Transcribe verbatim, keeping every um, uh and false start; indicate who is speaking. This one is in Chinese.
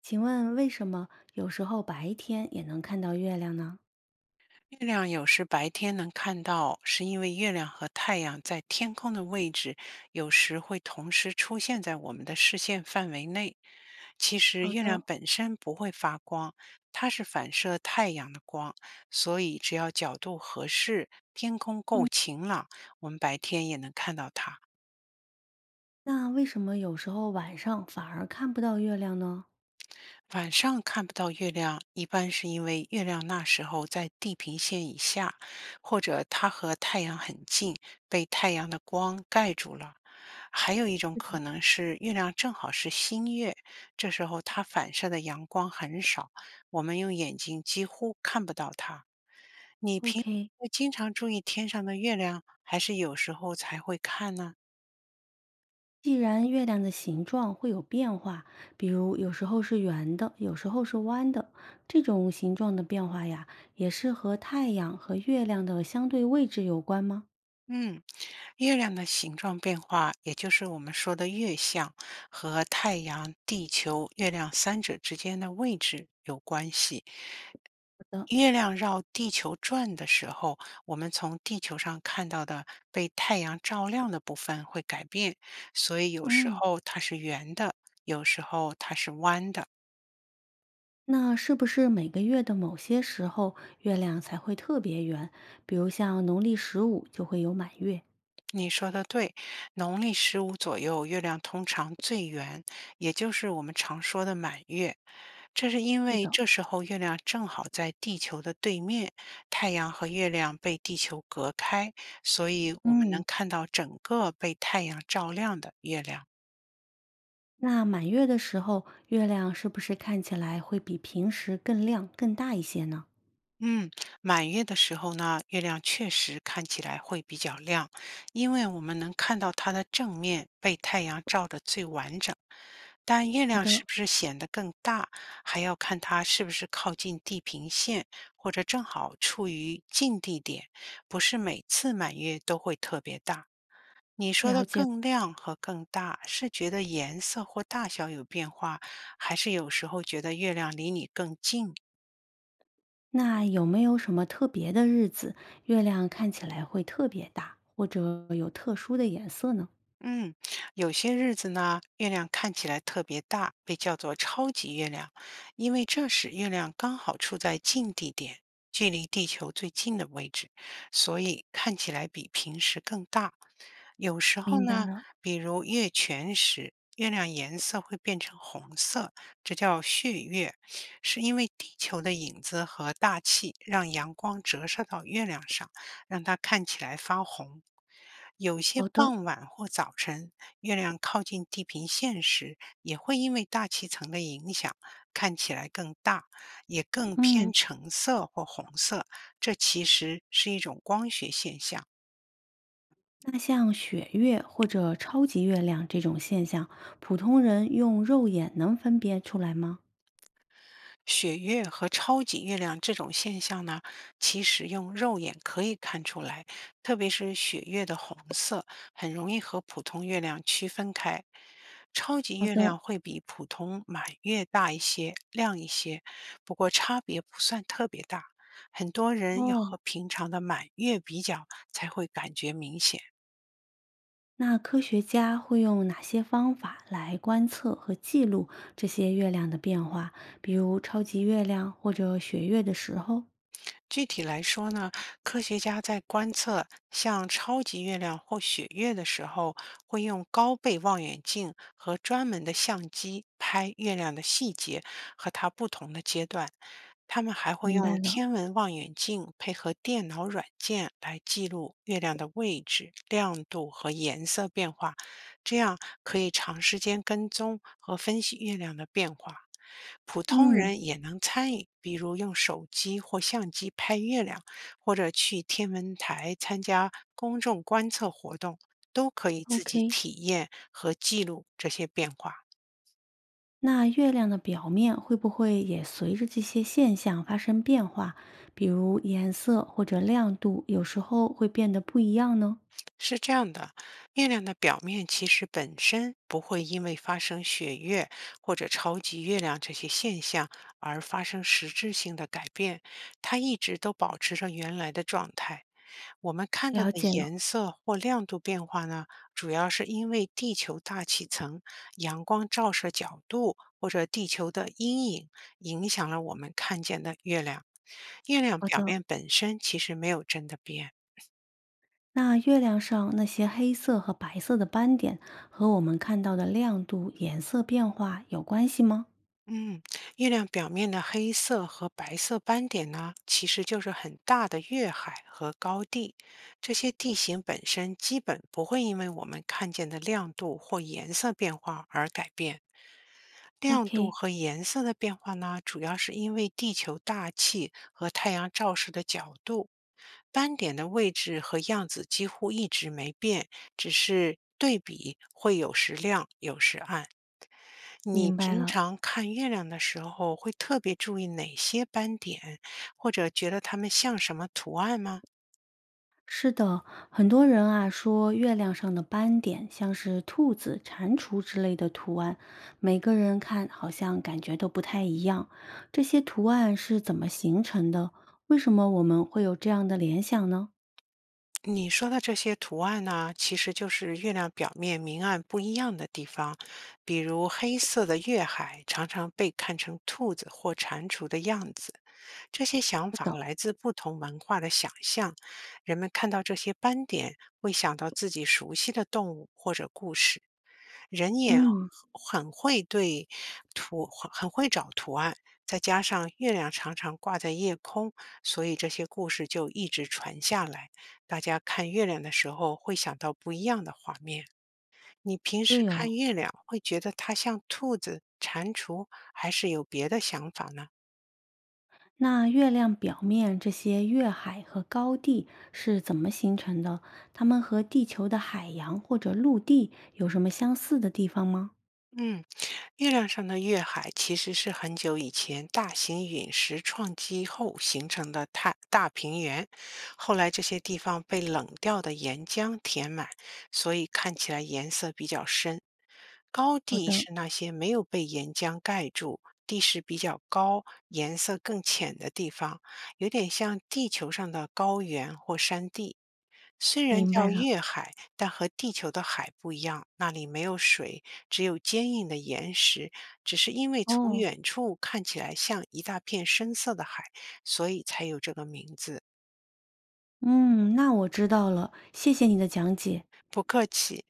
Speaker 1: 请问为什么有时候白天也能看到月亮呢？
Speaker 2: 月亮有时白天能看到，是因为月亮和太阳在天空的位置有时会同时出现在我们的视线范围内。其实
Speaker 1: 好
Speaker 2: 月亮
Speaker 1: 的。
Speaker 2: 本身不会发光，它是反射太阳的光，所以只要角度合适，天空够
Speaker 1: 嗯。
Speaker 2: 晴朗，我们白天也能看到它。
Speaker 1: 那为什么有时候晚上反而看不到月亮呢？
Speaker 2: 晚上看不到月亮，一般是因为月亮那时候在地平线以下，或者它和太阳很近，被太阳的光盖住了。还有一种
Speaker 1: 是
Speaker 2: 可
Speaker 1: 的，
Speaker 2: 能是月亮正好是新月，这时候它反射的阳光很少，我们用眼睛几乎看不到它。
Speaker 1: ？OK。
Speaker 2: 会经常注意天上的月亮，还是有时候才会看呢？
Speaker 1: 既然月亮的形状会有变化，比如有时候是圆的，有时候是弯的，这种形状的变化呀，也是和太阳和月亮的相对位置有关吗？
Speaker 2: 嗯，月亮的形状变化，也就是我们说的月相，和太阳、地球、月亮三者之间的位置有关系。月亮绕地球转的时候，我们从地球上看到的被太阳照亮的部分会改变，所以有时
Speaker 1: 嗯。
Speaker 2: 候它是圆的，有时候它是弯的。
Speaker 1: 那是不是每个月的某些时候月亮才会特别圆？比如像农历十五就会有满月。
Speaker 2: 你说的对，农历十五左右，月亮通常最圆，也就是我们常说的满月。这是因
Speaker 1: 是
Speaker 2: 为
Speaker 1: 的。
Speaker 2: 这时候月亮正好在地球的对面，太阳和月亮被地球隔开，所以我们能
Speaker 1: 嗯，
Speaker 2: 看到整个被太阳照亮的月亮。
Speaker 1: 那满月的时候，月亮是不是看起来会比平时更亮、更大一些呢？
Speaker 2: 嗯，满月的时候呢，月亮确实看起来会比较亮，因为我们能看到它的正面被太阳照得最完整。但月
Speaker 1: 好
Speaker 2: 亮
Speaker 1: 的。
Speaker 2: 是不是显得更大，还要看它是不是靠近地平线，或者正好处于近地点，不是每次满月都会特别大。你说
Speaker 1: 了
Speaker 2: 的
Speaker 1: 解。
Speaker 2: 更亮和更大，是觉得颜色或大小有变化，还是有时候觉得月亮离你更近呢？
Speaker 1: 那有没有什么特别的日子，月亮看起来会特别大，或者有特殊的颜色呢？
Speaker 2: 嗯，有些日子呢，月亮看起来特别大，被叫做超级月亮，因为这时月亮刚好处在近地点，距离地球最近的位置，所以看起来比平时更大。有时候
Speaker 1: 明白
Speaker 2: 呢，
Speaker 1: 了。
Speaker 2: 比如月全食，月亮颜色会变成红色，这叫血月，是因为地球的影子和大气让阳光折射到月亮上，让它看起来发红。有些
Speaker 1: 好的。
Speaker 2: 傍晚或早晨，月亮靠近地平线时，也会因为大气层的影响，看起来更大，也更偏
Speaker 1: 嗯。
Speaker 2: 橙色或红色。这其实是一种光学现象。
Speaker 1: 那像雪月或者超级月亮这种现象，普通人用肉眼能分辨出来吗？
Speaker 2: 血月和超级月亮这种现象呢，其实用肉眼可以看出来，特别是血月的红色，很容易和普通月亮区分开。超级
Speaker 1: 好
Speaker 2: 月亮
Speaker 1: 的。
Speaker 2: 会比普通满月大一些、亮一些，不过差别不算特别大。很多人要
Speaker 1: 哦。
Speaker 2: 和平常的满月比较，才会感觉明显。
Speaker 1: 那科学家会用哪些方法来观测和记录这些月亮的变化？比如超级月亮或者血月的时候？
Speaker 2: 具体来说呢，科学家在观测像超级月亮或雪月的时候，会用高倍望远镜和专门的相机拍月亮的细节和它不同的阶段。他们还会
Speaker 1: 明白
Speaker 2: 用
Speaker 1: 了。
Speaker 2: 天文望远镜配合电脑软件来记录月亮的位置、亮度和颜色变化。这样可以长时间跟踪和分析月亮的变化。普通
Speaker 1: 嗯
Speaker 2: 人也能参与，比如用手机或相机拍月亮，或者去天文台参加公众观测活动，都可以自己
Speaker 1: ，OK。
Speaker 2: 体验和记录这些变化。
Speaker 1: 那月亮的表面会不会也随着这些现象发生变化？比如颜色或者亮度，有时候会变得不一样呢？
Speaker 2: 是这样的，月亮的表面其实本身不会因为发生血月或者超级月亮这些现象而发生实质性的改变，它一直都保持着原来的状态。我们看到
Speaker 1: 了
Speaker 2: 的
Speaker 1: 解了。
Speaker 2: 颜色或亮度变化呢，主要是因为地球大气层、阳光照射角度或者地球的阴影影响了我们看见的月亮。月亮
Speaker 1: 好
Speaker 2: 表
Speaker 1: 的。
Speaker 2: 面本身其实没有真的变。
Speaker 1: 那月亮上那些黑色和白色的斑点和我们看到的亮度、颜色变化有关系吗？
Speaker 2: 嗯，月亮表面的黑色和白色斑点呢，其实就是很大的月海和高地。这些地形本身基本不会因为我们看见的亮度或颜色变化而改变。亮度
Speaker 1: OK。
Speaker 2: 和颜色的变化呢，主要是因为地球大气和太阳照射的角度。斑点的位置和样子几乎一直没变，只是对比会有时亮，有时暗。你
Speaker 1: 明白
Speaker 2: 平
Speaker 1: 了。
Speaker 2: 常看月亮的时候，会特别注意哪些斑点，或者觉得它们像什么图案吗？
Speaker 1: 是的，很多人啊说月亮上的斑点像是兔子、蟾蜍之类的图案，每个人看好像感觉都不太一样。这些图案是怎么形成的？为什么我们会有这样的联想呢？
Speaker 2: 你说的这些图案呢，其实就是月亮表面明暗不一样的地方。比如黑色的月海常常被看成兔子或蟾蜍的样子。这些想法来自不同文化的想象，人们看到这些斑点会想到自己熟悉的动物或者故事。人眼
Speaker 1: 嗯。
Speaker 2: 很会对图，很很会找图案，再加上月亮常常挂在夜空，所以这些故事就一直传下来。大家看月亮的时候会想到不一样的画面。你平时
Speaker 1: 对哦。
Speaker 2: 看月亮会觉得它像兔子、蟾蜍，还是有别的想法呢？
Speaker 1: 那月亮表面这些月海和高地是怎么形成的？它们和地球的海洋或者陆地有什么相似的地方吗？
Speaker 2: 嗯，月亮上的月海其实是很久以前大型陨石撞击后形成的太大平原，后来这些地方被冷掉的岩浆填满，所以看起来颜色比较深。高
Speaker 1: 好
Speaker 2: 地
Speaker 1: 的。
Speaker 2: 是那些没有被岩浆盖住、地势比较高、颜色更浅的地方，有点像地球上的高原或山地。虽然
Speaker 1: 明白
Speaker 2: 叫
Speaker 1: 了。
Speaker 2: 月海，但和地球的海不一样，那里没有水，只有坚硬的岩石。只是因为从
Speaker 1: 哦。
Speaker 2: 远处看起来像一大片深色的海，所以才有这个名字。
Speaker 1: 嗯，那我知道了，谢谢你的讲解。
Speaker 2: 不客气。